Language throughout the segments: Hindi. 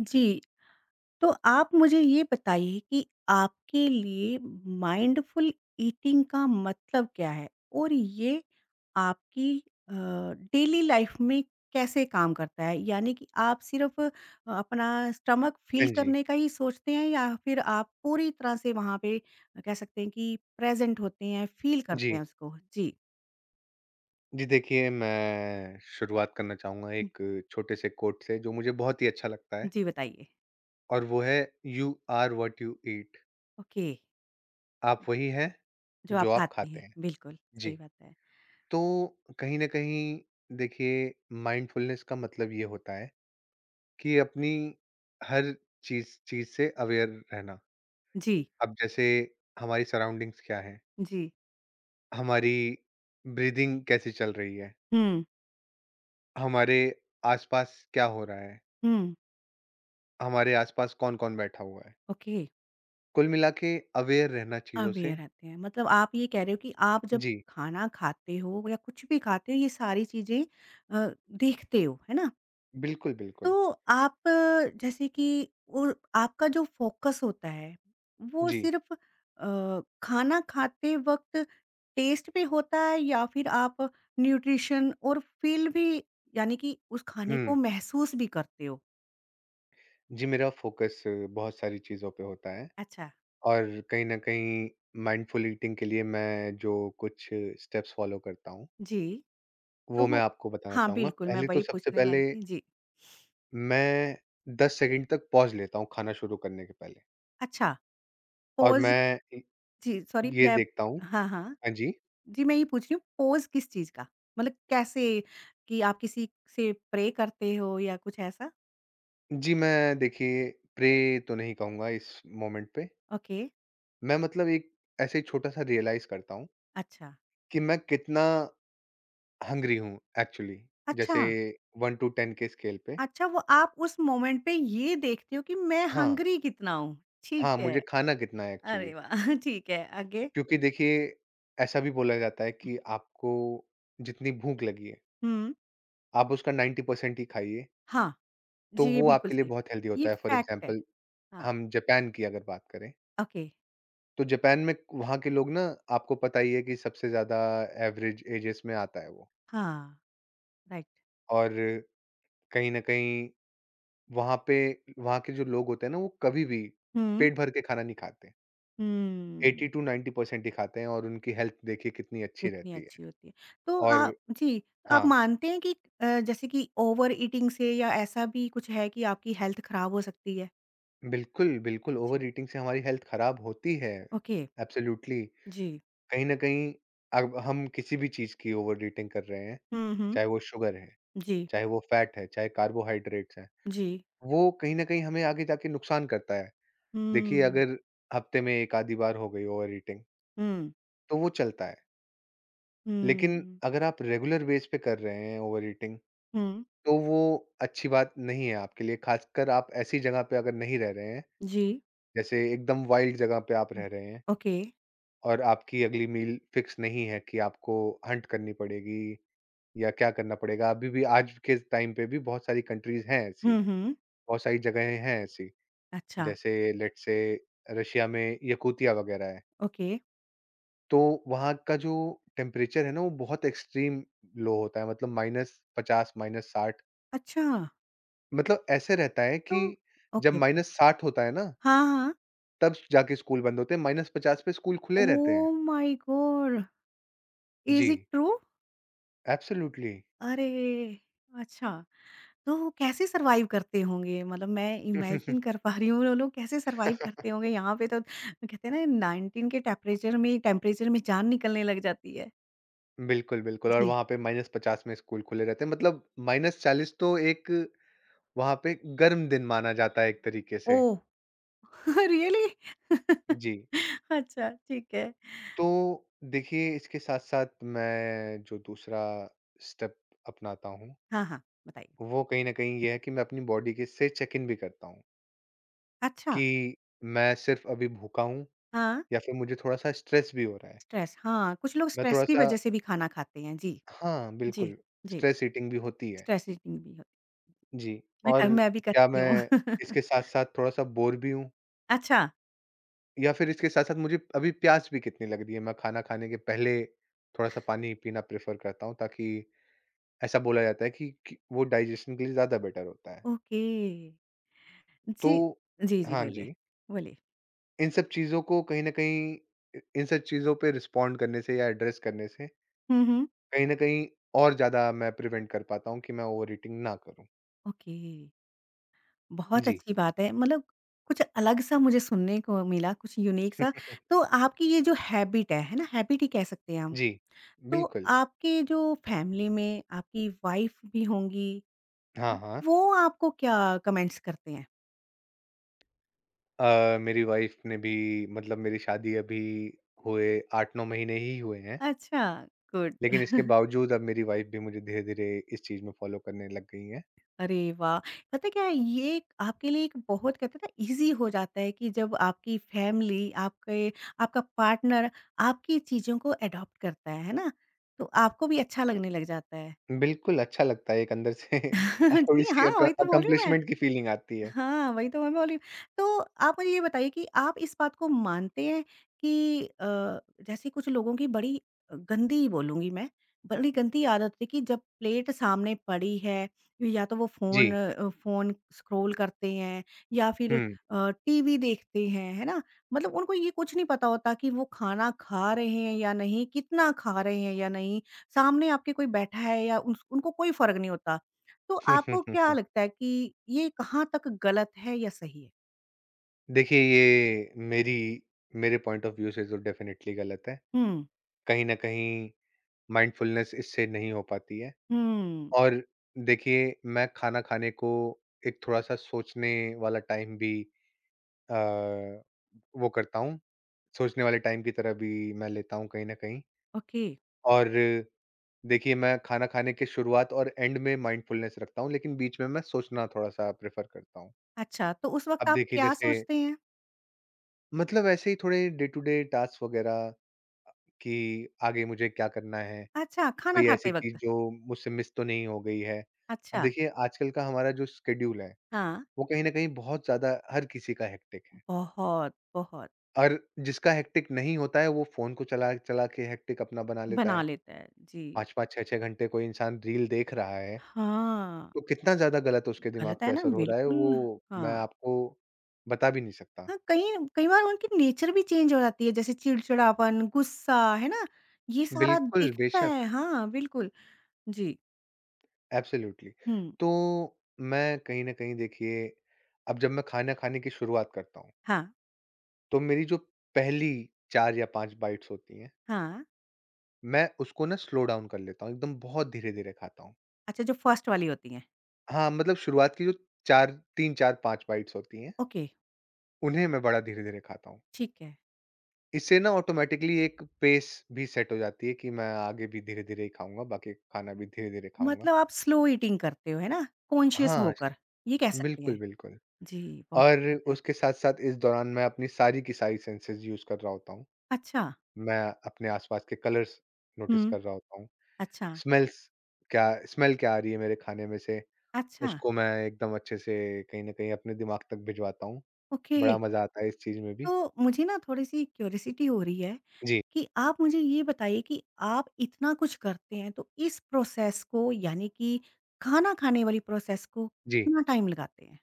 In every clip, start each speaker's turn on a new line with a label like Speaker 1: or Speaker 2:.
Speaker 1: जी, तो आप मुझे ये बताइए कि आपके लिए माइंडफुल ईटिंग का मतलब क्या है? और ये आपकी डेली लाइफ में कैसे काम करता है? यानी कि आप सिर्फ़ अपना स्टमक फ़ील
Speaker 2: हाँ जी।
Speaker 1: करने का ही सोचते हैं या फिर आप पूरी तरह से वहाँ पे कह सकते हैं कि प्रेज़ेंट होते हैं, फ़ील करते
Speaker 2: जी।
Speaker 1: हैं उसको? जी।
Speaker 2: जी, देखिए मैं शुरुआत करना चाहूँगा
Speaker 1: उ,
Speaker 2: एक छोटे से कोट से जो मुझे बहुत ही अच्छा लगता है
Speaker 1: जी बताइए।
Speaker 2: और वो है you are what you eat.
Speaker 1: Okay,
Speaker 2: आप वही हैं
Speaker 1: जो आप
Speaker 2: जो आप
Speaker 1: खाते
Speaker 2: खाते
Speaker 1: हैं।
Speaker 2: हैं।
Speaker 1: बिल्कुल, सही
Speaker 2: जी।
Speaker 1: बात है।
Speaker 2: तो कहीं न कहीं देखिए माइंडफुलनेस का मतलब ये होता है कि अपनी हर चीज़ चीज़ से अवेयर रहना।
Speaker 1: जी,
Speaker 2: अब जैसे हमारी सराउंडिंग्स क्या हैं?
Speaker 1: जी।
Speaker 2: हमारी ब्रीथिंग कैसी चल रही है?
Speaker 1: हुँ,
Speaker 2: हमारे आस-पास क्या हो रहा है?
Speaker 1: हुँ।
Speaker 2: हमारे आसपास कौन-कौन बैठा हुआ है।
Speaker 1: ओके,
Speaker 2: कुल मिला के अवेयर रहना चीज़ों
Speaker 1: आप ये
Speaker 2: से।
Speaker 1: रहते हैं मतलब आप ये कह रहे हो कि आप जब
Speaker 2: जी,
Speaker 1: खाना खाते हो या कुछ भी खाते हो ये सारी चीजें अ, देखते हो है ना।
Speaker 2: बिल्कुल, बिल्कुल।
Speaker 1: तो आप जैसे कि और आपका जो फोकस होता है वो
Speaker 2: जी,
Speaker 1: सिर्फ खाना खाते वक्त टेस्ट पे होता है या फिर आप न्यूट्रिशन और फील भी यानी कि उस खाने को
Speaker 2: हुँ।
Speaker 1: महसूस भी करते हो।
Speaker 2: जी, मेरा फ़ोकस बहुत सारी चीज़ों पे होता है
Speaker 1: अच्छा।
Speaker 2: और कहीं न कहीं माइंडफुल ईटिंग के लिए मैं जो कुछ स्टेप्स फ़ॉलो करता हूँ,
Speaker 1: जी, तो
Speaker 2: वो मैं
Speaker 1: वो
Speaker 2: आपको बताना
Speaker 1: हाँ
Speaker 2: चाहूँगा।
Speaker 1: बिल्कुल मैं
Speaker 2: पहले तो
Speaker 1: वही
Speaker 2: सबसे
Speaker 1: पूछने वाली
Speaker 2: पहले
Speaker 1: थी जी।
Speaker 2: मैं 10 सेकंड तक पॉज़ लेता हूँ खाना शुरू करने के पहले
Speaker 1: अच्छा,
Speaker 2: और
Speaker 1: पॉज।
Speaker 2: मैं इ
Speaker 1: जी, सॉरी
Speaker 2: ये
Speaker 1: मैं
Speaker 2: देखता हूँ।
Speaker 1: हाँ, हाँ।
Speaker 2: हाँ जी।
Speaker 1: जी, मैं ये पूछ रही हूँ पोज़ किस चीज़ का? मतलब कैसे, कि आप किसी से प्रे करते हो या कुछ ऐसा?
Speaker 2: जी, मैं देखिए प्रे तो नहीं कहूँगा इस मोमेंट पे।
Speaker 1: ओके,
Speaker 2: मैं मतलब एक ऐसे ही छोटा-सा रियलाइज़ करता हूँ
Speaker 1: अच्छा।
Speaker 2: कि मैं कितना हंग्री हूँ एक्चुअली,
Speaker 1: अच्छा,
Speaker 2: जैसे 1 टू 10 के स्केल पे।
Speaker 1: अच्छा वो आप उस मोमेंट पे ये देखते हो कि मैं
Speaker 2: हाँ,
Speaker 1: हंग्री कितना हूँ। ठीक
Speaker 2: हाँ,
Speaker 1: है।
Speaker 2: मुझे खाना कितना है एक्चुअली।
Speaker 1: अरे वाह! ठीक है, आगे?
Speaker 2: क्योंकि देखिए ऐसा भी बोला जाता है कि आपको जितनी भूख लगी है,
Speaker 1: हुँ।
Speaker 2: आप उसका 90% ही खाइए,
Speaker 1: हाँ,
Speaker 2: तो
Speaker 1: जी, ये
Speaker 2: वो
Speaker 1: बिल्कुल
Speaker 2: आपके लिए
Speaker 1: सही बात,
Speaker 2: बहुत हेल्दी
Speaker 1: ये
Speaker 2: होता है। फॉर
Speaker 1: फैक्ट है।
Speaker 2: एग्ज़ाम्पल
Speaker 1: हाँ,
Speaker 2: हम जापान की अगर बात करें,
Speaker 1: ओके।
Speaker 2: तो जापान में वहाँ के लोग ना आपको पता ही है कि सबसे ज़्यादा एवरेज एजेस में आता है वो।
Speaker 1: हाँ, राइट।
Speaker 2: और कहीं न कहीं वहाँ पे वहाँ के जो लोग होते हैं ना, वो कभी भी
Speaker 1: हुँ।
Speaker 2: पेट भर के खाना नहीं खाते। 80
Speaker 1: हुँ।
Speaker 2: टू 90% ही खाते हैं और उनकी हेल्थ देखिए कितनी अच्छी
Speaker 1: कितनी
Speaker 2: रहती है।
Speaker 1: अच्छी होती है। तो
Speaker 2: और
Speaker 1: आप, जी, आप
Speaker 2: हाँ,
Speaker 1: मानते हैं कि जैसे कि ओवर ईटिंग से या ऐसा भी कुछ है कि आपकी हेल्थ खराब हो सकती है?
Speaker 2: बिल्कुल, बिल्कुल
Speaker 1: जी।
Speaker 2: ओवर ईटिंग से हमारी हेल्थ खराब होती है,
Speaker 1: ओके,
Speaker 2: एब्सोल्यूटली।
Speaker 1: जी।
Speaker 2: कहीं न कहीं अब हम किसी भी चीज़ की ओवर ईटिंग कर रहे हैं,
Speaker 1: हुँ, हुँ।
Speaker 2: चाहे वो शुगर है,
Speaker 1: जी,
Speaker 2: चाहे वो फैट है, चाहे कार्बोहाइड्रेट्स हैं,
Speaker 1: जी।
Speaker 2: वो कहीं न कहीं हमें आगे जाके नुकसान करता है। देखिए
Speaker 1: हुँ,
Speaker 2: अगर हफ्ते में एक आधी बार हो गई ओवर ईटिंग,
Speaker 1: हुँ,
Speaker 2: तो वो चलता है। लेकिन
Speaker 1: हुँ,
Speaker 2: अगर आप रेगुलर बेस पे कर रहे हैं ओवरईटिंग,
Speaker 1: हुँ।
Speaker 2: तो वो अच्छी बात नहीं है आपके लिए, खासकर आप ऐसी जगह पे अगर नहीं रह रहे हैं,
Speaker 1: जी।
Speaker 2: जैसे एकदम वाइल्ड जगह पे आप
Speaker 1: हुँ।
Speaker 2: रह रहे हैं
Speaker 1: ओके।
Speaker 2: और आपकी अगली मील फिक्स नहीं है कि आपको हंट करनी पड़ेगी या क्या करना पड़ेगा। अभी भी आज के टाइम पे भी बहुत सारी कंट्रीज़ हैं ऐसी,
Speaker 1: हुँ, हुँ।
Speaker 2: बहुत सारी जगहें हैं ऐसी,
Speaker 1: अच्छा,
Speaker 2: जैसे लेट्स से रशिया में यकूतिया वगैरह है,
Speaker 1: ओके।
Speaker 2: तो वहाँ का जो टेम्परेचर है ना, वो बहुत एक्सट्रीम लो होता है, मतलब -50, -60।
Speaker 1: अच्छा,
Speaker 2: मतलब ऐसे रहता है
Speaker 1: तो
Speaker 2: कि जब
Speaker 1: ओके, ओके।
Speaker 2: -60 होता है ना,
Speaker 1: हाँ, हाँ।
Speaker 2: तब जाके स्कूल बंद होते हैं, -50 पे स्कूल खुले रहते हैं।
Speaker 1: Oh my god! इज़
Speaker 2: जी,
Speaker 1: इट ट्रू?
Speaker 2: एब्सोल्यूटली।
Speaker 1: अरे! अच्छा। तो वो कैसे सर्वाइव करते होंगे? मतलब मैं इमेजिन कर पा रही हूँ वो लोग कैसे सर्वाइव करते होंगे? यहाँ पे तो कहते हैं ना 19 के टेम्परेचर में जान निकलने लग जाती है।
Speaker 2: बिल्कुल, बिल्कुल और
Speaker 1: जी।
Speaker 2: वहाँ पे -50 में स्कूल खुले रहते हैं, मतलब -40 तो एक वहाँ पे गर्म दिन माना जाता है एक तरीके से।
Speaker 1: ओह! रियली?
Speaker 2: जी,
Speaker 1: अच्छा ठीक है।
Speaker 2: तो देखिए इसके साथ-साथ मैं जो दूसरा स्टेप अपनाता हूँ,
Speaker 1: हाँ, हाँ, बताइए।
Speaker 2: वो कहीं न कहीं ये है कि मैं अपनी बॉडी के से चेक इन भी करता हूँ,
Speaker 1: अच्छा,
Speaker 2: कि मैं सिर्फ़ अभी भूखा हूँ?
Speaker 1: हाँ,
Speaker 2: या फिर मुझे थोड़ा-सा स्ट्रेस भी हो रहा है।
Speaker 1: स्ट्रेस, हाँ, कुछ लोग
Speaker 2: मैं
Speaker 1: स्ट्रेस की
Speaker 2: थोड़ा-सा
Speaker 1: वज़ह से भी खाना खाते हैं। जी।
Speaker 2: हाँ,
Speaker 1: जी।
Speaker 2: बिल्कुल,
Speaker 1: जी,
Speaker 2: स्ट्रेस ईटिंग भी होती है।
Speaker 1: स्ट्रेस ईटिंग भी होती है।
Speaker 2: जी, और
Speaker 1: मैं भी
Speaker 2: क्या
Speaker 1: करती हूँ।
Speaker 2: मैं इसके साथ-साथ थोड़ा-सा बोर भी हूँ
Speaker 1: अच्छा,
Speaker 2: या फिर इसके साथ-साथ मुझे अभी प्यास भी कितनी लग रही है। मैं खाना खाने के पहले थोड़ा-सा पानी पीना प्रेफ़र करता हूँ, ताकि ऐसा बोला जाता है कि वो डाइजेशन के लिए ज़्यादा बेटर होता है।
Speaker 1: ओके। जी।
Speaker 2: तो
Speaker 1: जी, जी,
Speaker 2: हाँ
Speaker 1: बोलिए।
Speaker 2: जी,
Speaker 1: बोलिए।
Speaker 2: इन सब चीज़ों को कहीं न कहीं, इ इन सब चीज़ों पे रिस्पॉन्ड करने से या एड्रेस करने से,
Speaker 1: हुँ, हुँ।
Speaker 2: कहीं न कहीं और ज़्यादा मैं प्रिवेंट कर पाता हूँ कि मैं ओवर ईटिंग ना करूँ।
Speaker 1: ओके, बहुत
Speaker 2: जी,
Speaker 1: अच्छी बात है। मतलब कुछ अलग-सा मुझे सुनने को मिला, कुछ यूनिक सा। तो आपकी ये जो हैबिट है ना? हैबिट ही कह सकते हैं हम।
Speaker 2: जी,
Speaker 1: तो
Speaker 2: बिल्कुल।
Speaker 1: आपके जो फैमिली में आपकी वाइफ़ भी होंगी,
Speaker 2: हाँ, हाँ।
Speaker 1: वो आपको क्या कमेंट्स करते हैं?
Speaker 2: मेरी वाइफ़ ने भी, मतलब मेरी शादी अभी हुए 8-9 महीने ही हुए हैं,
Speaker 1: अच्छा, गुड।
Speaker 2: लेकिन इसके बावजूद अब मेरी वाइफ़ भी मुझे धीरे-धीरे इस चीज़ में फ़ॉलो करने लग गई हैं।
Speaker 1: अरे वाह! पता है क्या है, ये एक आपके लिए एक बहुत कहते हैं ना ईज़ी हो जाता है कि जब आपकी फैमिली, आपके आपका पार्टनर आपकी चीज़ों को एडॉप्ट करता है ना? तो आपको भी अच्छा लगने लग जाता है।
Speaker 2: बिल्कुल, अच्छा लगता है एक अंदर से।
Speaker 1: जी,
Speaker 2: थोड़ी-सी
Speaker 1: हाँ,
Speaker 2: अक
Speaker 1: वही तो बोल रही हूँ मैं।
Speaker 2: अकम्प्लिशमेंट की फ़ीलिंग आती है।
Speaker 1: हाँ, वही तो मैं बोली। तो आप मुझे ये बताइए कि आप इस बात को मानते हैं कि जैसे कुछ लोगों की बड़ी गंदी बोलूँगी मैं, बड़ी गंदी आदत थी कि जब प्लेट सामने पड़ी है, या तो वो
Speaker 2: जी।
Speaker 1: फ़ोन स्क्रॉल करते हैं या फिर
Speaker 2: हुँ।
Speaker 1: टीवी देखते हैं, है ना? मतलब उनको ये कुछ नहीं पता होता कि वो खाना खा रहे हैं या नहीं, कितना खा रहे हैं या नहीं, सामने आपके कोई बैठा है या उस उनको कोई फ़र्क नहीं होता। तो
Speaker 2: हुँ, हुँ,
Speaker 1: आपको
Speaker 2: हुँ,
Speaker 1: क्या
Speaker 2: हुँ।
Speaker 1: लगता है कि ये कहाँ तक गलत है या सही है?
Speaker 2: देखिए ये मेरी मेरे पॉइंट ऑफ़ व्यू से तो डेफ़िनेटली गलत है।
Speaker 1: हुँ।
Speaker 2: कहीं न कहीं माइंडफुलनेस इससे नहीं हो पाती है।
Speaker 1: हुँ,
Speaker 2: और देखिए, मैं खाना खाने को एक थोड़ा-सा सोचने वाला टाइम भी अ, वो करता हूँ, सोचने वाले टाइम की तरह भी मैं लेता हूँ कहीं न कहीं।
Speaker 1: ओके।
Speaker 2: और देखिए, मैं खाना खाने के शुरुआत और एंड में माइंडफुलनेस रखता हूँ, लेकिन बीच में मैं सोचना थोड़ा-सा प्रेफ़र करता हूँ।
Speaker 1: अच्छा, तो उस वक़्त
Speaker 2: अब
Speaker 1: आप
Speaker 2: देखिए
Speaker 1: क्या
Speaker 2: जैसे,
Speaker 1: सोचते हैं?
Speaker 2: मतलब ऐसे ही थोड़े डे टू डे टास्क वग़ैरह, कि आगे मुझे क्या करना है,
Speaker 1: अच्छा, खाना
Speaker 2: कोई ऐसी
Speaker 1: खाते
Speaker 2: चीज़
Speaker 1: वक़्त।
Speaker 2: जो मुझसे मिस तो नहीं हो गई है। अब
Speaker 1: अच्छा,
Speaker 2: देखिए आजकल का हमारा जो स्केड्यूल है
Speaker 1: हाँ।
Speaker 2: वो कहीं न कहीं बहुत ज़्यादा हर किसी का हेक्टिक है।
Speaker 1: बहुत, बहुत
Speaker 2: और जिसका हेक्टिक नहीं होता है वो फ़ोन को चला-चला के हेक्टिक अपना बना लेता
Speaker 1: बना
Speaker 2: है।
Speaker 1: लेता है। जी।
Speaker 2: 5-5 6-6 घंटे कोई इंसान रील देख रहा है,
Speaker 1: हाँ।
Speaker 2: तो कितना ज़्यादा गलत उसके दिमाग
Speaker 1: गलत
Speaker 2: पे
Speaker 1: है ना?
Speaker 2: असर हो रहा है
Speaker 1: बिल्कुल,
Speaker 2: वो मैं
Speaker 1: हाँ।
Speaker 2: आपको बता भी नहीं सकता।
Speaker 1: हाँ, कहीं कई बार उनकी नेचर भी चेंज हो जाती है, जैसे चिड़चिड़ापन, गुस्सा, है ना? ये सारा
Speaker 2: बिल्कुल,
Speaker 1: दिखता है।
Speaker 2: बेशक,
Speaker 1: हाँ, बिल्कुल। जी।
Speaker 2: एब्सोल्यूटली।
Speaker 1: हुँ।
Speaker 2: तो मैं कहीं न कहीं देखिए, अब जब मैं खाना खाने की शुरुआत करता हूँ,
Speaker 1: हाँ,
Speaker 2: तो मेरी जो पहली 4 या 5 बाइट्स होती हैं,
Speaker 1: हाँ।
Speaker 2: मैं उसको ना स्लो डाउन कर लेता हूँ, एकदम बहुत धीरे-धीरे खाता हूँ।
Speaker 1: अच्छा, जो फर्स्ट वाली होती हैं।
Speaker 2: हाँ, मतलब शुरुआत की जो 4 3, 4, 5 बाइट्स होती हैं,
Speaker 1: ओके।
Speaker 2: उन्हें मैं बड़ा धीरे-धीरे खाता हूँ।
Speaker 1: ठीक है।
Speaker 2: इससे ना ऑटोमैटिकली एक पेस भी सेट हो जाती है कि मैं आगे भी धीरे-धीरे ही खाऊँगा, बाकी खाना भी धीरे-धीरे खाऊँगा।
Speaker 1: मतलब आप स्लो ईटिंग करते हो, है ना? कॉन्शियस
Speaker 2: हाँ,
Speaker 1: होकर, ये कह सकते
Speaker 2: बिल्कुल,
Speaker 1: हैं।
Speaker 2: बिल्कुल।
Speaker 1: जी, बहुत
Speaker 2: और
Speaker 1: अच्छी बात है।
Speaker 2: उसके साथ-साथ इस दौरान मैं अपनी सारी की सारी सेंसेस यूज़ कर रहा होता हूँ।
Speaker 1: अच्छा,
Speaker 2: मैं अपने आस-पास के कलर्स नोटिस
Speaker 1: हुँ,
Speaker 2: कर रहा होता हूँ,
Speaker 1: अच्छा,
Speaker 2: स्मेल्स क्या स्मेल क्या आ रही है मेरे खाने में से,
Speaker 1: अच्छा,
Speaker 2: उसको मैं एकदम अच्छे से कहीं न कहीं अपने दिमाग तक भिजवाता हूँ।
Speaker 1: ओके।
Speaker 2: बड़ा मज़ा आता है इस चीज़ में भी।
Speaker 1: तो मुझे ना थोड़ी-सी क्यूरियोसिटी हो रही है
Speaker 2: जी।
Speaker 1: कि आप मुझे ये बताइए कि आप इतना कुछ करते हैं, तो इस प्रोसेस को यानी कि खाना खाने वाली प्रोसेस को
Speaker 2: जी।
Speaker 1: कितना टाइम लगाते हैं?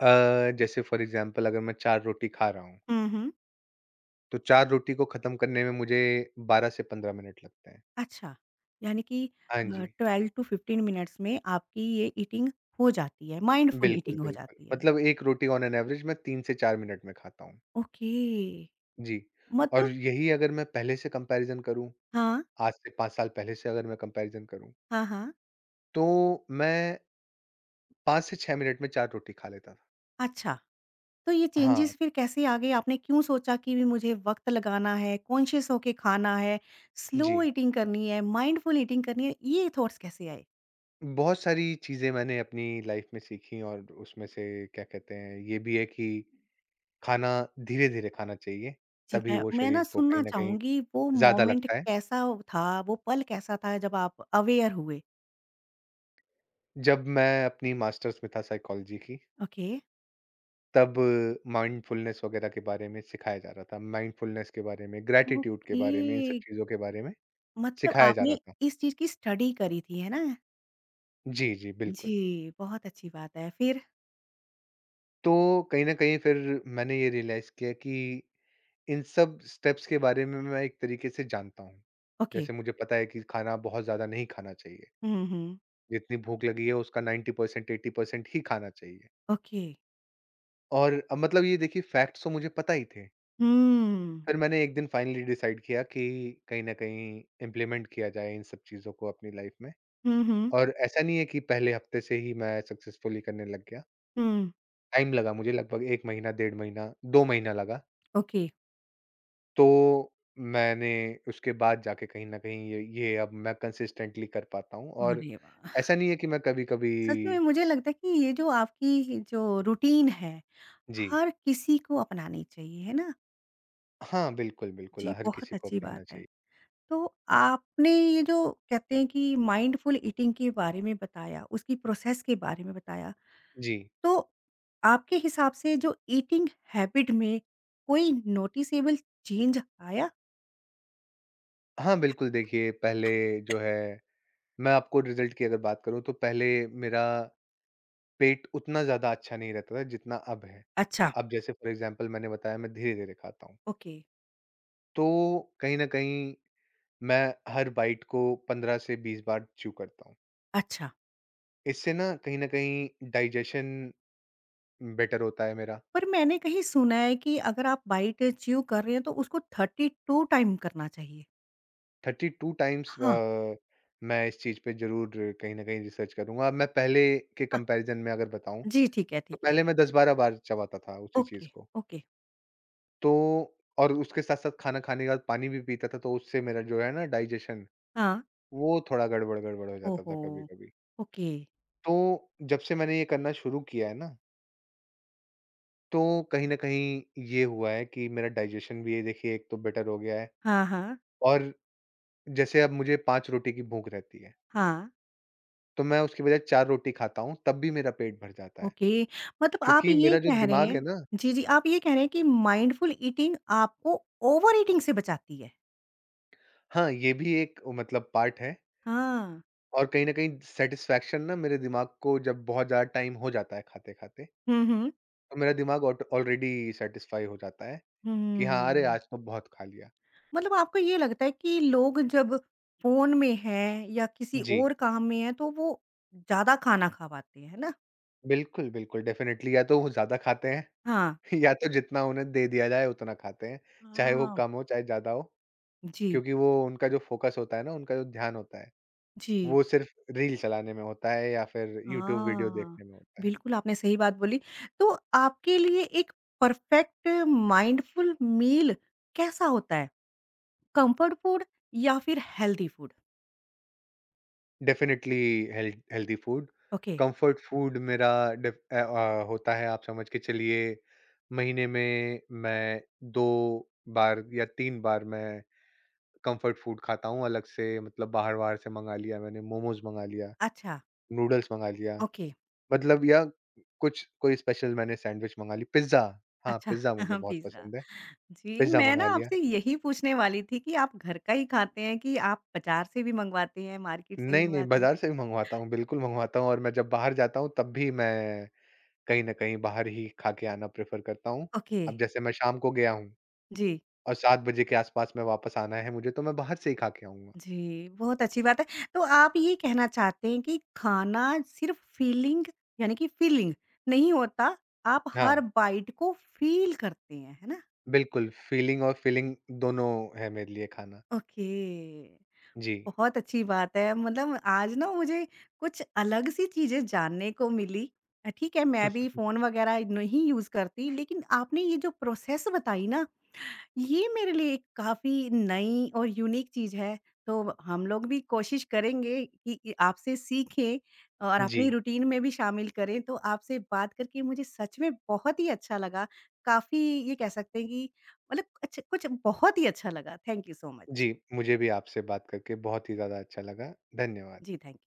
Speaker 2: जैसे फ़ॉर एग्ज़ाम्पल अगर मैं 4 रोटी खा रहा हूँ,
Speaker 1: हुँ, हुँ।
Speaker 2: तो 4 रोटी को ख़त्म करने में मुझे 12 से 15 मिनट लगते हैं।
Speaker 1: अच्छा, यानी कि
Speaker 2: हाँ जी।
Speaker 1: 12 टू 15 मिनट्स में आपकी ये ईटिंग हो जाती है, माइंडफुल
Speaker 2: बिल्कुल,
Speaker 1: ईटिंग हो
Speaker 2: बिल्कुल।
Speaker 1: जाती है।
Speaker 2: मतलब 1 रोटी ऑन एन एवरेज मैं 3 से 4 मिनट में खाता हूँ।
Speaker 1: ओके,
Speaker 2: जी। और
Speaker 1: मतलब
Speaker 2: यही अगर मैं पहले से कंपैरिज़न करूँ,
Speaker 1: हाँ,
Speaker 2: आज से 5 साल पहले से अगर मैं कंपैरिज़न करूँ,
Speaker 1: हाँ, हाँ।
Speaker 2: तो मैं 5 से 6 मिनट में 4 रोटी खा लेता था।
Speaker 1: अच्छा। तो ये
Speaker 2: हाँ,
Speaker 1: चेंजेज़ फिर कैसे आ गए? आपने क्यों सोचा कि भी मुझे वक़्त लगाना है, कॉन्शियस होके खाना है, स्लो
Speaker 2: जी।
Speaker 1: ईटिंग करनी है, माइंडफुल ईटिंग करनी है, ये थॉट्स कैसे आए?
Speaker 2: बहुत सारी चीज़ें मैंने अपनी लाइफ़ में सीखी और उसमें से क्या कहते हैं, ये भी है कि खाना धीरे-धीरे खाना चाहिए,
Speaker 1: जी,
Speaker 2: तभी
Speaker 1: मैं
Speaker 2: वो
Speaker 1: मैं ना
Speaker 2: शरीर को
Speaker 1: सुनना
Speaker 2: कहीं न कहीं
Speaker 1: चाहूँगी वो
Speaker 2: ज़्यादा
Speaker 1: मोमेंट
Speaker 2: लगता है।
Speaker 1: कैसा था, वो पल कैसा था जब आप अवेयर हुए?
Speaker 2: जब मैं अपनी मास्टर्स में था साइकोलॉजी की,
Speaker 1: ओके।
Speaker 2: तब माइंडफुलनेस वगैरह के बारे में सिखाया जा रहा था। माइंडफुलनेस के बारे में, ग्रैटिट्यूड के
Speaker 1: ओके,
Speaker 2: बारे में, इन सब चीज़ों के बारे में
Speaker 1: मतलब
Speaker 2: सिखाया जा
Speaker 1: आपने
Speaker 2: रहा था।
Speaker 1: इस चीज़ की स्टडी करी थी, है ना?
Speaker 2: जी, जी, बिल्कुल।
Speaker 1: जी, बहुत अच्छी बात है। फिर?
Speaker 2: तो कहीं न कहीं फिर मैंने ये रियलाइज़ किया कि इन सब स्टेप्स के बारे में मैं एक तरीके से जानता हूँ।
Speaker 1: ओके।
Speaker 2: जैसे मुझे पता है कि खाना बहुत ज़्यादा नहीं खाना चाहिए।
Speaker 1: हुँ, हुँ, हुँ।
Speaker 2: जितनी भूख लगी है उसका 90% 80% ही खाना चाहिए।
Speaker 1: ओके।
Speaker 2: और अब मतलब ये देखिए, फैक्ट्स तो मुझे पता ही थे।
Speaker 1: हुँ।
Speaker 2: फिर मैंने एक दिन फाइनली डिसाइड किया कि कहीं न कहीं इम्प्लीमेंट किया जाए इन सब चीज़ों को अपनी लाइफ़ में।
Speaker 1: हुँ, हुँ।
Speaker 2: और ऐसा नहीं है कि पहले हफ्ते से ही मैं सक्सेसफुली करने लग गया।
Speaker 1: हुँ,
Speaker 2: टाइम लगा मुझे, लगभग 1 महीना, डेढ़ महीना, 2 महीना लगा।
Speaker 1: ओके।
Speaker 2: तो मैंने उसके बाद जाके कहीं न कहीं ये अब मैं कंसिस्टेंटली कर पाता हूँ और
Speaker 1: अरे वाह!
Speaker 2: ऐसा नहीं है कि मैं कभी-कभी।
Speaker 1: सच में मुझे लगता है कि ये जो आपकी जो रूटीन है,
Speaker 2: जी।
Speaker 1: हर किसी को अपनानी चाहिए, है ना?
Speaker 2: हाँ, बिल्कुल, बिल्कुल
Speaker 1: जी,
Speaker 2: हर
Speaker 1: बहुत
Speaker 2: किसी को
Speaker 1: अच्छी बात
Speaker 2: अपनाना
Speaker 1: है।
Speaker 2: चाहिए।
Speaker 1: तो आपने ये जो कहते हैं कि माइंडफुल ईटिंग के बारे में बताया, उसकी प्रोसेस के बारे में बताया,
Speaker 2: जी।
Speaker 1: तो आपके हिसाब से जो ईटिंग हैबिट में कोई नोटिसेबल चेंज आया?
Speaker 2: हाँ, बिल्कुल देखिए, पहले जो है मैं आपको रिज़ल्ट की अगर बात करूँ तो पहले मेरा पेट उतना ज़्यादा अच्छा नहीं रहता था जितना अब है।
Speaker 1: अच्छा,
Speaker 2: अब जैसे फ़ॉर एग्ज़ाम्पल मैंने बताया मैं धीरे-धीरे खाता हूँ।
Speaker 1: ओके,
Speaker 2: तो कहीं न कहीं मैं हर बाइट को 15 से 20 बार च्यू करता हूँ।
Speaker 1: अच्छा।
Speaker 2: इससे ना कहीं न कहीं डाइजेशन बेटर होता है मेरा।
Speaker 1: पर मैंने कहीं सुना है कि अगर आप बाइट च्यू कर रहे हैं तो उसको 32 टाइम करना चाहिए।
Speaker 2: 32 टाइम्स
Speaker 1: हाँ,
Speaker 2: मैं इस चीज़ पे ज़रूर कहीं न कहीं रिसर्च करूँगा। मैं पहले के
Speaker 1: हाँ।
Speaker 2: कंपैरिज़न में अगर बताऊँ
Speaker 1: जी, ठीक है,
Speaker 2: तो
Speaker 1: ठीक है।
Speaker 2: पहले मैं 10-12 बार चबाता था उसी
Speaker 1: ओके,
Speaker 2: चीज़ को।
Speaker 1: ओके।
Speaker 2: तो और उसके साथ-साथ खाना खाने के बाद पानी भी पीता था, तो उससे मेरा जो है ना डाइजेशन,
Speaker 1: हाँ।
Speaker 2: वो थोड़ा गड़बड़-गड़बड़ हो जाता था
Speaker 1: ओहो!
Speaker 2: कभी-कभी।
Speaker 1: ओके।
Speaker 2: तो जब से मैंने ये करना शुरू किया है ना, तो कहीं न कहीं ये हुआ है कि मेरा डाइजेशन भी ये देखिए एक तो बेटर हो गया है,
Speaker 1: हाँ, हाँ।
Speaker 2: और जैसे अब मुझे 5 रोटी की भूख रहती है,
Speaker 1: हाँ,
Speaker 2: तो मैं उसकी बजाय 4 रोटी खाता हूँ, तब भी मेरा पेट भर जाता है।
Speaker 1: ओके। मतलब आप
Speaker 2: क्योंकि
Speaker 1: ये
Speaker 2: मेरा जो
Speaker 1: कह रहे
Speaker 2: दिमाग है
Speaker 1: हैं
Speaker 2: ना,
Speaker 1: जी, जी, आप ये कह रहे हैं कि माइंडफुल ईटिंग आपको ओवर ईटिंग से बचाती है।
Speaker 2: हाँ, ये भी एक मतलब पार्ट है
Speaker 1: हाँ।
Speaker 2: और कहीं न कहीं सैटिस्फैक्शन ना मेरे दिमाग को, जब बहुत ज़्यादा टाइम हो जाता है खाते-खाते,
Speaker 1: हुँ, हुँ।
Speaker 2: तो मेरा दिमाग ऑट ऑलरेडी सैटिस्फाई हो जाता है कि हाँ, अरे आज
Speaker 1: हुँ।
Speaker 2: तो बहुत खा लिया।
Speaker 1: मतलब आपको ये लगता है कि लोग जब फ़ोन में हैं या किसी
Speaker 2: जी।
Speaker 1: और काम में हैं तो वो ज़्यादा खाना खा पाते हैं, है ना?
Speaker 2: बिल्कुल, बिल्कुल डेफ़िनिटली या तो वो ज़्यादा खाते हैं,
Speaker 1: हाँ।
Speaker 2: या तो जितना उन्हें दे दिया जाए उतना खाते हैं, चाहे वो
Speaker 1: हाँ।
Speaker 2: कम हो चाहे ज़्यादा हो।
Speaker 1: जी,
Speaker 2: क्योंकि वो उनका जो फ़ोकस होता है ना, उनका जो ध्यान होता है,
Speaker 1: जी।
Speaker 2: वो सिर्फ़ रील चलाने में होता है या फिर यूट्यूब वीडियो
Speaker 1: हाँ।
Speaker 2: देखने में होता है।
Speaker 1: बिल्कुल आपने सही बात बोली। तो आपके लिए एक परफ़ेक्ट माइंडफुल मील कैसा होता है? कम्फ़र्ट फ़ूड या फिर healthy food?
Speaker 2: Definitely health healthy food.
Speaker 1: Okay.
Speaker 2: Comfort food मेरा होता है, आप समझ के चलिए, महीने में मैं दो बार या तीन बार मैं कंफर्ट फूड खाता हूँ अलग से, मतलब बाहर बाहर से मंगा लिया, मैंने मोमोज मंगा लिया,
Speaker 1: अच्छा।
Speaker 2: नूडल्स मंगा लिया,
Speaker 1: ओके।
Speaker 2: मतलब या कुछ कोई स्पेशल मैंने सैंडविच मंगा ली, पिज्ज़ा। हाँ,
Speaker 1: अच्छा।
Speaker 2: पिज्ज़ा मुझे बहुत
Speaker 1: पिज़्ज़ा।
Speaker 2: पसंद है,
Speaker 1: जी,
Speaker 2: पिज्ज़ा
Speaker 1: मैं ना
Speaker 2: मंगा लिया।
Speaker 1: आपसे यही पूछने वाली थी कि आप घर का ही खाते हैं कि आप बाज़ार से भी मँगवाते हैं, मार्केट से भी
Speaker 2: नहीं नहीं,
Speaker 1: मँगवाते हैं?
Speaker 2: बाजार से भी मंगवाता हूँ, बिल्कुल मंगवाता हूँ, और मैं जब बाहर जाता हूँ तब भी मैं कहीं न कहीं बाहर ही खा के आना प्रेफ़र करता हूँ।
Speaker 1: ओके,
Speaker 2: अब जैसे मैं शाम को गया हूँ
Speaker 1: जी,
Speaker 2: और 7 बजे के आस-पास में वापस आना है मुझे, तो मैं बाहर से ही खा के आऊँगा।
Speaker 1: जी, बहुत अच्छी बात है। तो आप ये कहना चाहते हैं कि खाना सिर्फ़ फ़ीलिंग यानी कि फ़ीलिंग नहीं होता, आप हर
Speaker 2: हाँ,
Speaker 1: बाइट को फ़ील करते हैं, है ना?
Speaker 2: बिल्कुल फ़ीलिंग और फ़िलिंग दोनों है मेरे लिए खाना।
Speaker 1: ओके।
Speaker 2: जी,
Speaker 1: बहुत अच्छी बात है। मतलब आज ना मुझे कुछ अलग सी चीज़ें जानने को मिली। ठीक है मैं भी फ़ोन वग़ैरह नहीं यूज़ करती लेकिन आपने ये जो प्रोसेस बताई ना, ये मेरे लिए काफ़ी नई और यूनिक चीज़ है। तो हम लोग भी कोशिश करेंगे कि आपसे सीखें और
Speaker 2: जी,
Speaker 1: अपनी रूटीन में भी शामिल करें। तो आपसे बात करके मुझे सच में बहुत ही अच्छा लगा। काफ़ी ये कह सकते हैं कि मतलब अच्छा कुछ बहुत ही अच्छा लगा। Thank you so much.
Speaker 2: जी, मुझे भी आपसे बात करके बहुत ही ज़्यादा अच्छा लगा। धन्यवाद।
Speaker 1: जी, थैंक